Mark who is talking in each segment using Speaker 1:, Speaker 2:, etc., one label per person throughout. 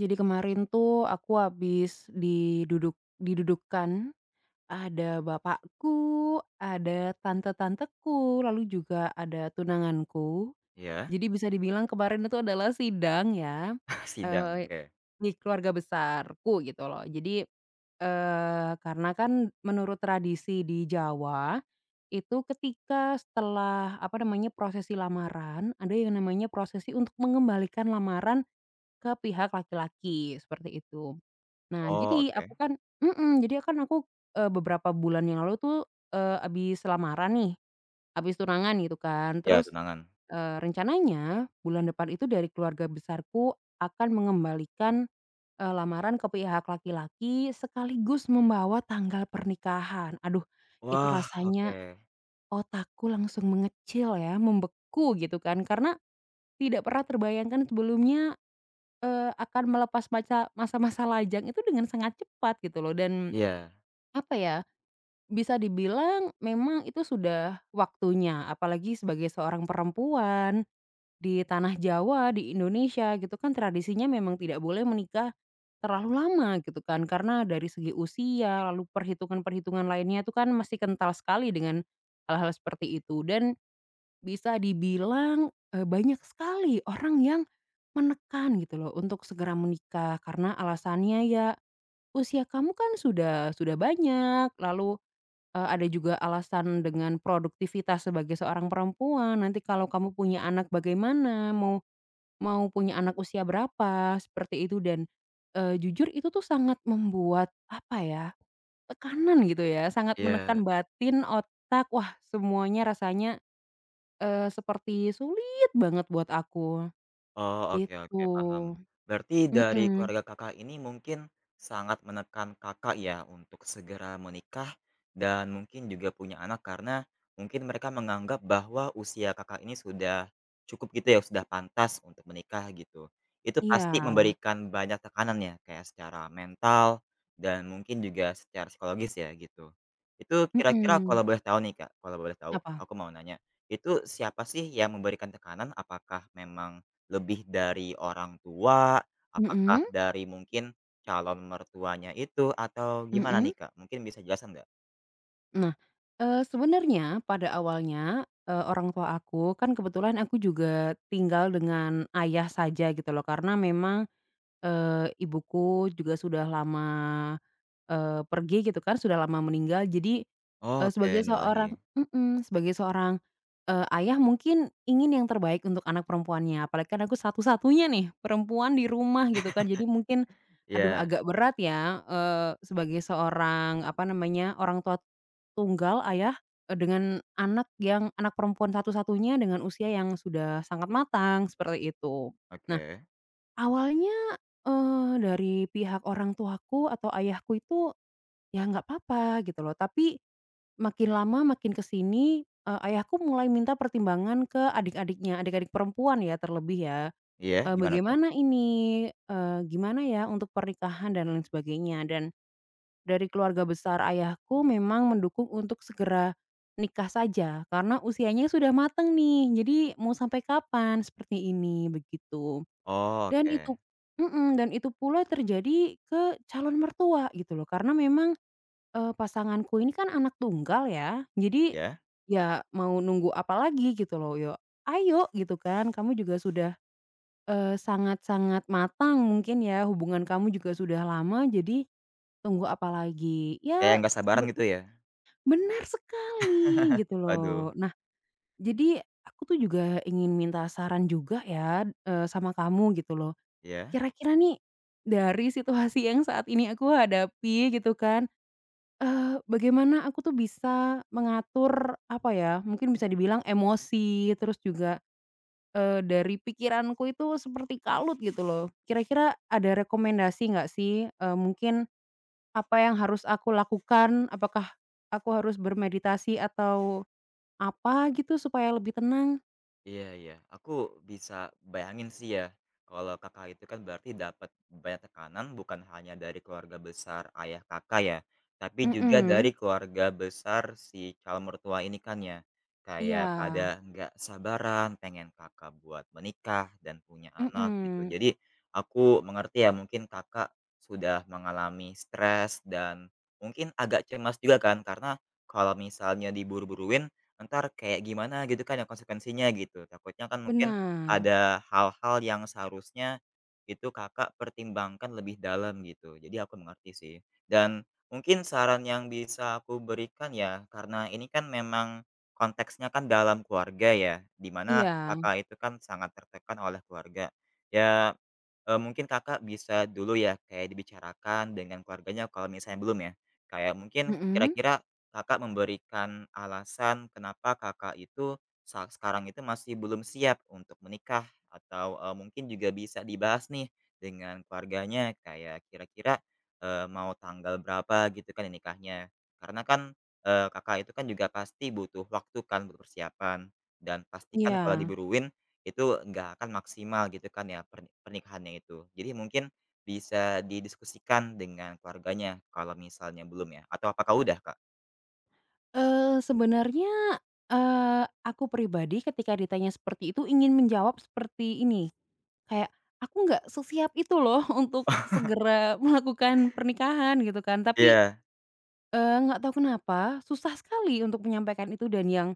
Speaker 1: Jadi kemarin tuh aku habis didudukan, ada bapakku, ada tante-tanteku, lalu juga ada tunanganku.
Speaker 2: Iya?
Speaker 1: Jadi bisa dibilang kemarin itu adalah sidang ya,
Speaker 2: Sidang,
Speaker 1: eee,
Speaker 2: oke.
Speaker 1: di keluarga besarku gitu loh. Jadi, karena kan menurut tradisi di Jawa, itu ketika setelah, apa namanya, prosesi lamaran, ada yang namanya prosesi untuk mengembalikan lamaran ke pihak laki-laki, seperti itu. Nah,
Speaker 2: Oh,
Speaker 1: jadi aku
Speaker 2: oke.
Speaker 1: kan mhm, jadi kan aku, beberapa bulan yang lalu tuh, habis lamaran nih, abis tunangan gitu kan.
Speaker 2: Iya,
Speaker 1: Terus,
Speaker 2: tunangan.
Speaker 1: rencananya bulan depan itu dari keluarga besarku akan mengembalikan, lamaran ke pihak laki-laki sekaligus membawa tanggal pernikahan. Aduh, itu
Speaker 2: Wah,
Speaker 1: rasanya
Speaker 2: oke.
Speaker 1: otakku langsung mengecil ya, membeku gitu kan, karena tidak pernah terbayangkan sebelumnya. Akan melepas masa-masa lajang itu dengan sangat cepat gitu loh. Dan
Speaker 2: Iya
Speaker 1: apa ya, bisa dibilang memang itu sudah waktunya, apalagi sebagai seorang perempuan di tanah Jawa, di Indonesia, gitu kan tradisinya memang tidak boleh menikah terlalu lama gitu kan, karena dari segi usia lalu perhitungan-perhitungan lainnya itu kan masih kental sekali dengan hal-hal seperti itu. Dan bisa dibilang, banyak sekali orang yang menekan gitu loh untuk segera menikah, karena alasannya ya, "Usia kamu kan sudah banyak," lalu, ada juga alasan dengan produktivitas sebagai seorang perempuan, "Nanti kalau kamu punya anak bagaimana? Mau mau punya anak usia berapa?" Seperti itu. Dan, jujur itu tuh sangat membuat apa ya, tekanan gitu ya, sangat
Speaker 2: iya.
Speaker 1: menekan batin, otak, wah semuanya rasanya. Seperti sulit banget buat aku,
Speaker 2: Oh, oke oke, paham.
Speaker 1: gitu.
Speaker 2: Berarti dari
Speaker 1: Mhm,
Speaker 2: keluarga Kakak ini mungkin sangat menekan Kakak ya untuk segera menikah dan mungkin juga punya anak karena mungkin mereka menganggap bahwa usia Kakak ini sudah cukup gitu ya, sudah pantas untuk menikah gitu. Itu pasti
Speaker 1: iya,
Speaker 2: memberikan banyak tekanan ya, kayak secara mental dan mungkin juga secara psikologis ya gitu. Itu kira-kira
Speaker 1: mhm.
Speaker 2: kalau boleh tahu nih Kak, kalau boleh tahu,
Speaker 1: Apa?
Speaker 2: aku mau nanya, itu siapa sih yang memberikan tekanan? Apakah memang lebih dari orang tua? Apakah
Speaker 1: Mhm,
Speaker 2: dari mungkin calon mertuanya itu? Atau gimana
Speaker 1: mhm.
Speaker 2: nih, Kak? Mungkin bisa jelasin nggak?
Speaker 1: Nah, sebenarnya pada awalnya, orang tua aku, kan kebetulan aku juga tinggal dengan ayah saja gitu loh, karena memang, ibuku juga sudah lama, pergi gitu kan, sudah lama meninggal. Jadi
Speaker 2: Oh,
Speaker 1: Eee, sebagai
Speaker 2: oke,
Speaker 1: seorang
Speaker 2: nilahi.
Speaker 1: mhm, sebagai seorang, ayah mungkin ingin yang terbaik untuk anak perempuannya, apalagi kan aku satu-satunya nih perempuan di rumah gitu kan, jadi mungkin aduh
Speaker 2: Iya,
Speaker 1: agak berat ya, sebagai seorang apa namanya, orang tua tunggal ayah, dengan anak yang anak perempuan satu-satunya dengan usia yang sudah sangat matang, seperti itu. Nah
Speaker 2: oke.
Speaker 1: awalnya, dari pihak orang tuaku atau ayahku itu, "Ya nggak apa-apa," gitu loh. Tapi makin lama makin kesini sini, ayahku mulai minta pertimbangan ke adik-adiknya, adik-adik perempuan ya terlebih ya,
Speaker 2: Iya, gimana tuh?
Speaker 1: "Bagaimana ini, gimana ya untuk pernikahan?" dan lain sebagainya. Dan dari keluarga besar ayahku memang mendukung untuk segera nikah saja, karena usianya sudah mateng nih, jadi mau sampai kapan seperti ini, begitu.
Speaker 2: Oh,
Speaker 1: Dan itu
Speaker 2: oke,
Speaker 1: mhm, dan itu pula terjadi ke calon mertua gitu loh, karena memang pasanganku ini kan anak tunggal ya. Jadi,
Speaker 2: iya.
Speaker 1: ya mau nunggu apa lagi gitu loh, ya ayo gitu kan, kamu juga sudah, sangat-sangat matang mungkin ya, hubungan kamu juga sudah lama, jadi tunggu apa lagi?
Speaker 2: Kayak
Speaker 1: Ya
Speaker 2: nggak sabaran
Speaker 1: be
Speaker 2: gitu ya?
Speaker 1: benar sekali gitu
Speaker 2: Waduh,
Speaker 1: loh. Nah, jadi aku tuh juga ingin minta saran juga ya, sama kamu gitu loh.
Speaker 2: iya.
Speaker 1: Kira-kira nih, dari situasi yang saat ini aku hadapi gitu kan, Eee, bagaimana aku tuh bisa mengatur, apa ya, mungkin bisa dibilang emosi, terus juga, dari pikiranku itu seperti kalut gitu loh. Kira-kira ada rekomendasi nggak sih, mungkin apa yang harus aku lakukan? Apakah aku harus bermeditasi atau apa gitu supaya lebih tenang?
Speaker 2: Iya iya, aku bisa bayangin sih ya, kalau Kakak itu kan berarti dapat banyak tekanan bukan hanya dari keluarga besar ayah Kakak ya, tapi juga
Speaker 1: Mhm,
Speaker 2: dari keluarga besar si calon mertua ini kan ya.
Speaker 1: iya,
Speaker 2: Kayak pada nggak sabaran pengen Kakak buat menikah dan punya anak gitu.
Speaker 1: mhm,
Speaker 2: Jadi aku mengerti ya mungkin Kakak sudah mengalami stres dan mungkin agak cemas juga kan karena kalau misalnya diburu-buruin entar kayak gimana gitu kan ya konsekuensinya gitu. Takutnya kan mungkin
Speaker 1: benar,
Speaker 2: ada hal-hal yang seharusnya itu Kakak pertimbangkan lebih dalam gitu. Jadi aku mengerti sih. Dan mungkin saran yang bisa aku berikan ya, karena ini kan memang konteksnya kan dalam keluarga ya, dimana
Speaker 1: iya,
Speaker 2: Kakak itu kan sangat tertekan oleh keluarga. Ya mungkin Kakak bisa dulu ya kayak dibicarakan dengan keluarganya kalau misalnya belum ya. Kayak mungkin
Speaker 1: mhm,
Speaker 2: kira-kira Kakak memberikan alasan kenapa Kakak itu saat sekarang itu masih belum siap untuk menikah atau, mungkin juga bisa dibahas nih dengan keluarganya kayak kira-kira, mau tanggal berapa gitu kan ini nikahnya. Karena kan, Kakak itu kan juga pasti butuh waktu kan butuh persiapan dan pastikan kalau
Speaker 1: iya.
Speaker 2: diburuin itu nggak akan maksimal gitu kan ya pernikahannya itu. Jadi mungkin bisa didiskusikan dengan keluarganya kalau misalnya belum ya, atau apakah udah, Kak?
Speaker 1: Sebenarnya, aku pribadi ketika ditanya seperti itu ingin menjawab seperti ini, kayak, "Aku nggak sesiap itu loh untuk segera melakukan pernikahan," gitu kan. Tapi,
Speaker 2: Iya
Speaker 1: nggak tahu kenapa susah sekali untuk menyampaikan itu, dan yang,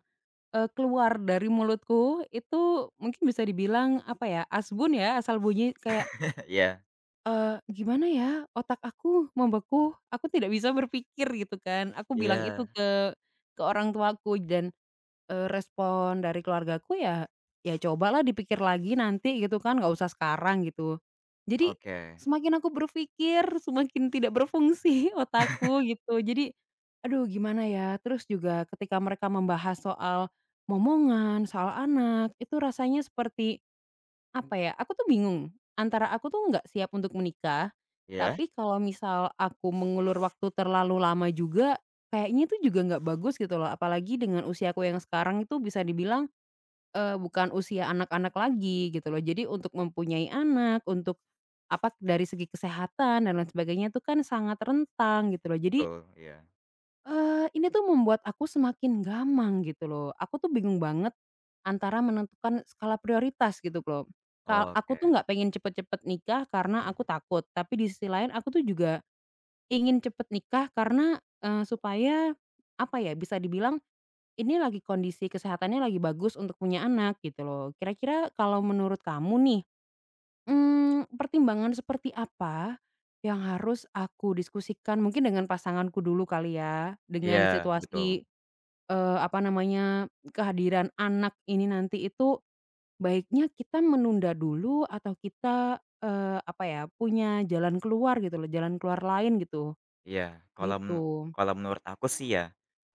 Speaker 1: keluar dari mulutku itu mungkin bisa dibilang apa ya, asbun ya, asal bunyi kayak,
Speaker 2: iya
Speaker 1: "Gimana ya, otak aku membeku, aku tidak bisa berpikir," gitu kan. Aku bilang itu
Speaker 2: iya,
Speaker 1: ke orang tuaku. Dan respon dari keluargaku ya, ya cobalah dipikir lagi nanti gitu kan, nggak usah sekarang gitu. Jadi
Speaker 2: oke,
Speaker 1: semakin aku berpikir, semakin tidak berfungsi otakku gitu. Jadi, aduh gimana ya, terus juga ketika mereka membahas soal momongan, soal anak, itu rasanya seperti apa ya, aku tuh bingung, antara aku tuh nggak siap untuk menikah,
Speaker 2: iya,
Speaker 1: tapi kalau misal aku mengulur waktu terlalu lama juga, kayaknya itu juga nggak bagus gitu loh, apalagi dengan usiaku yang sekarang itu bisa dibilang, bukan usia anak-anak lagi gitu loh. Jadi untuk mempunyai anak, untuk, apa, dari segi kesehatan dan lain sebagainya itu kan sangat rentang gitu loh. Jadi
Speaker 2: betul, iya,
Speaker 1: Ini tuh membuat aku semakin gamang gitu loh. Aku tuh bingung banget antara menentukan skala prioritas gitu loh. Aku
Speaker 2: oke,
Speaker 1: tuh nggak pengen cepet-cepet nikah karena aku takut, tapi di sisi lain aku tuh juga ingin cepet nikah karena, supaya apa ya, bisa dibilang ini lagi kondisi kesehatannya lagi bagus untuk punya anak gitu loh. Kira-kira kalau menurut kamu nih, pertimbangan seperti apa yang harus aku diskusikan mungkin dengan pasanganku dulu kali ya, dengan
Speaker 2: iya, betul.
Speaker 1: situasi apa namanya, kehadiran anak ini nanti itu baiknya kita menunda dulu atau kita, apa ya, punya jalan keluar gitu loh, jalan keluar lain gitu,
Speaker 2: Iya, kalau menu
Speaker 1: gitu.
Speaker 2: kalau menurut aku sih ya,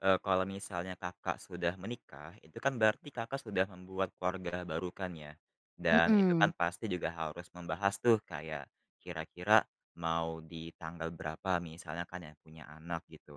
Speaker 2: kalau misalnya Kakak sudah menikah, itu kan berarti Kakak sudah membuat keluarga baru kan ya, dan itu kan
Speaker 1: Mhm,
Speaker 2: pasti juga harus membahas tuh kayak kira-kira mau di tanggal berapa misalnya kan yang punya anak gitu.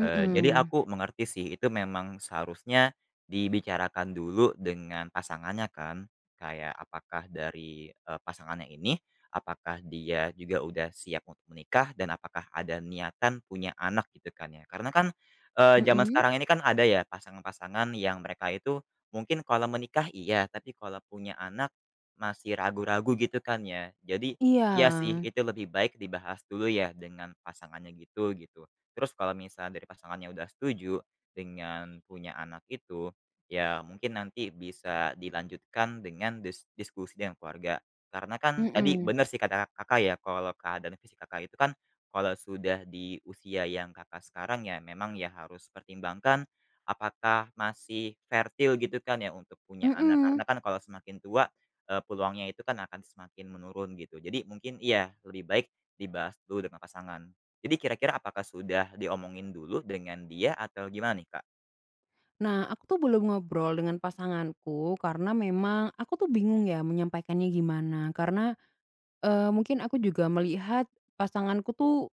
Speaker 2: Jadi aku mengerti sih itu memang seharusnya dibicarakan dulu dengan pasangannya kan, kayak apakah dari, pasangannya ini apakah dia juga udah siap untuk menikah dan apakah ada niatan punya anak gitu kan ya. Karena kan, zaman
Speaker 1: mhm,
Speaker 2: sekarang ini kan ada ya pasangan-pasangan yang mereka itu mungkin kalau menikah iya, tapi kalau punya anak masih ragu-ragu gitu kan ya. Jadi
Speaker 1: iya,
Speaker 2: iya sih itu lebih baik dibahas dulu ya dengan pasangannya gitu gitu. Terus kalau misalnya dari pasangannya udah setuju dengan punya anak itu, ya mungkin nanti bisa dilanjutkan dengan diskusi dengan keluarga. Karena kan tadi
Speaker 1: mhm,
Speaker 2: benar sih kata Kakak ya, kalau keadaan fisik Kakak itu kan kalau sudah di usia yang Kakak sekarang ya memang ya harus pertimbangkan apakah masih fertil gitu kan ya untuk punya anak. Karena
Speaker 1: mhm.
Speaker 2: kan kalau semakin tua, peluangnya itu kan akan semakin menurun gitu. Jadi mungkin iya lebih baik dibahas dulu dengan pasangan. Jadi kira-kira apakah sudah diomongin dulu dengan dia atau gimana nih, Kak?
Speaker 1: Nah, aku tuh belum ngobrol dengan pasanganku karena memang aku tuh bingung ya menyampaikannya gimana, karena, mungkin aku juga melihat pasanganku tuh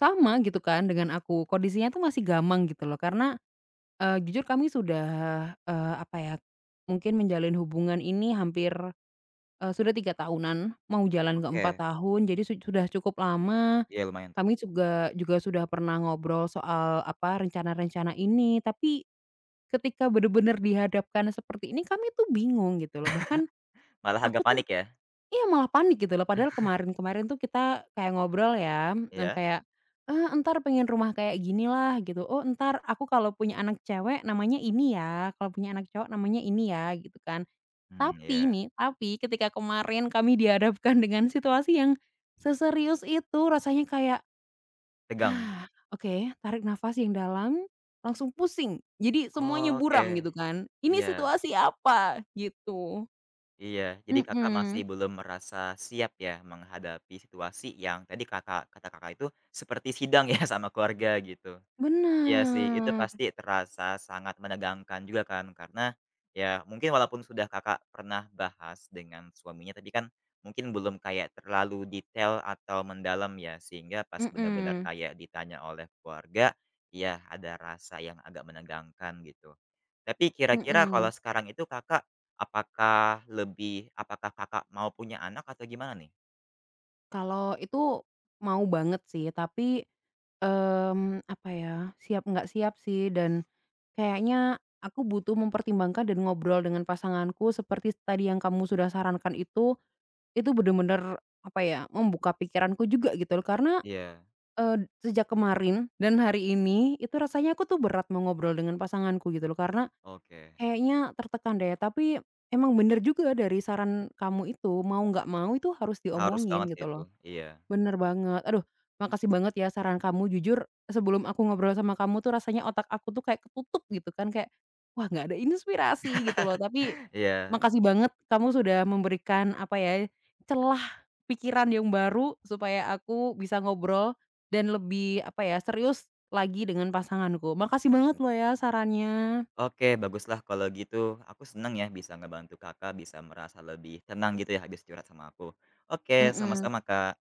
Speaker 1: sama gitu kan dengan aku, kondisinya tuh masih gamang gitu loh karena, jujur kami sudah, apa ya, mungkin menjalin hubungan ini hampir, sudah 3 tahunan, mau jalan ke empat
Speaker 2: Oke,
Speaker 1: tahun jadi sudah cukup lama.
Speaker 2: iya lumayan tuh.
Speaker 1: Kami juga juga sudah pernah ngobrol soal apa, rencana-rencana ini, tapi ketika benar-benar dihadapkan seperti ini kami tuh bingung gitu loh. Bahkan
Speaker 2: Malah
Speaker 1: aku
Speaker 2: agak
Speaker 1: tuh
Speaker 2: panik ya?
Speaker 1: iya, malah panik gitu loh, padahal kemarin-kemarin tuh kita kayak ngobrol ya, yang
Speaker 2: Iya?
Speaker 1: kayak, "Eh, entar pengen rumah kayak gini lah," gitu, "Oh, entar aku kalau punya anak cewek namanya ini ya, kalau punya anak cowok namanya ini ya," gitu kan.
Speaker 2: Hmm
Speaker 1: Tapi
Speaker 2: iya.
Speaker 1: nih, tapi ketika kemarin kami dihadapkan dengan situasi yang seserius itu, rasanya kayak,
Speaker 2: Tegang.
Speaker 1: "Hah, oke, tarik nafas yang dalam, langsung pusing." Jadi semuanya
Speaker 2: Oh, oke.
Speaker 1: buram gitu kan, "Ini
Speaker 2: Iya
Speaker 1: situasi apa?" Gitu.
Speaker 2: iya. Jadi Kakak masih
Speaker 1: Mhm,
Speaker 2: belum merasa siap ya menghadapi situasi yang tadi kata Kakak itu seperti sidang ya sama keluarga gitu. Iya sih, itu
Speaker 1: bener.
Speaker 2: pasti terasa sangat menegangkan juga kan, karena ya mungkin walaupun sudah Kakak pernah bahas dengan suaminya, tapi kan mungkin belum kayak terlalu detail atau mendalam ya, sehingga pas benar-benar
Speaker 1: Mhm,
Speaker 2: kayak ditanya oleh keluarga, ya ada rasa yang agak menegangkan gitu. Tapi kira-kira
Speaker 1: mhm.
Speaker 2: kalau sekarang itu Kakak, apakah Kakak mau punya anak atau gimana nih?
Speaker 1: Kalau itu mau banget sih, tapi, apa ya, siap nggak siap sih. Dan kayaknya aku butuh mempertimbangkan dan ngobrol dengan pasanganku seperti tadi yang kamu sudah sarankan itu bener-bener, apa ya, membuka pikiranku juga gitu loh. Karena,
Speaker 2: Iya,
Speaker 1: sejak kemarin dan hari ini itu rasanya aku tuh berat mau ngobrol dengan pasanganku gitu loh, karena
Speaker 2: oke.
Speaker 1: kayaknya tertekan deh. Tapi emang bener juga dari saran kamu itu, mau nggak mau itu harus
Speaker 2: Harus
Speaker 1: diomongin
Speaker 2: banget sih
Speaker 1: gitu
Speaker 2: itu,
Speaker 1: loh.
Speaker 2: iya.
Speaker 1: Bener banget. Aduh, makasih banget ya saran kamu, jujur sebelum aku ngobrol sama kamu tuh rasanya otak aku tuh kayak ketutup gitu kan, kayak, wah nggak ada inspirasi gitu loh. Tapi
Speaker 2: Iya.
Speaker 1: makasih banget, kamu sudah memberikan, apa ya, celah pikiran yang baru supaya aku bisa ngobrol dan lebih, apa ya, serius lagi dengan pasanganku. Makasih banget loh ya sarannya.
Speaker 2: Oke, baguslah kalau gitu. Aku senang ya bisa ngebantu Kakak bisa merasa lebih tenang gitu ya habis curhat sama aku. Oke,
Speaker 1: Mhm.
Speaker 2: sama-sama, Kak.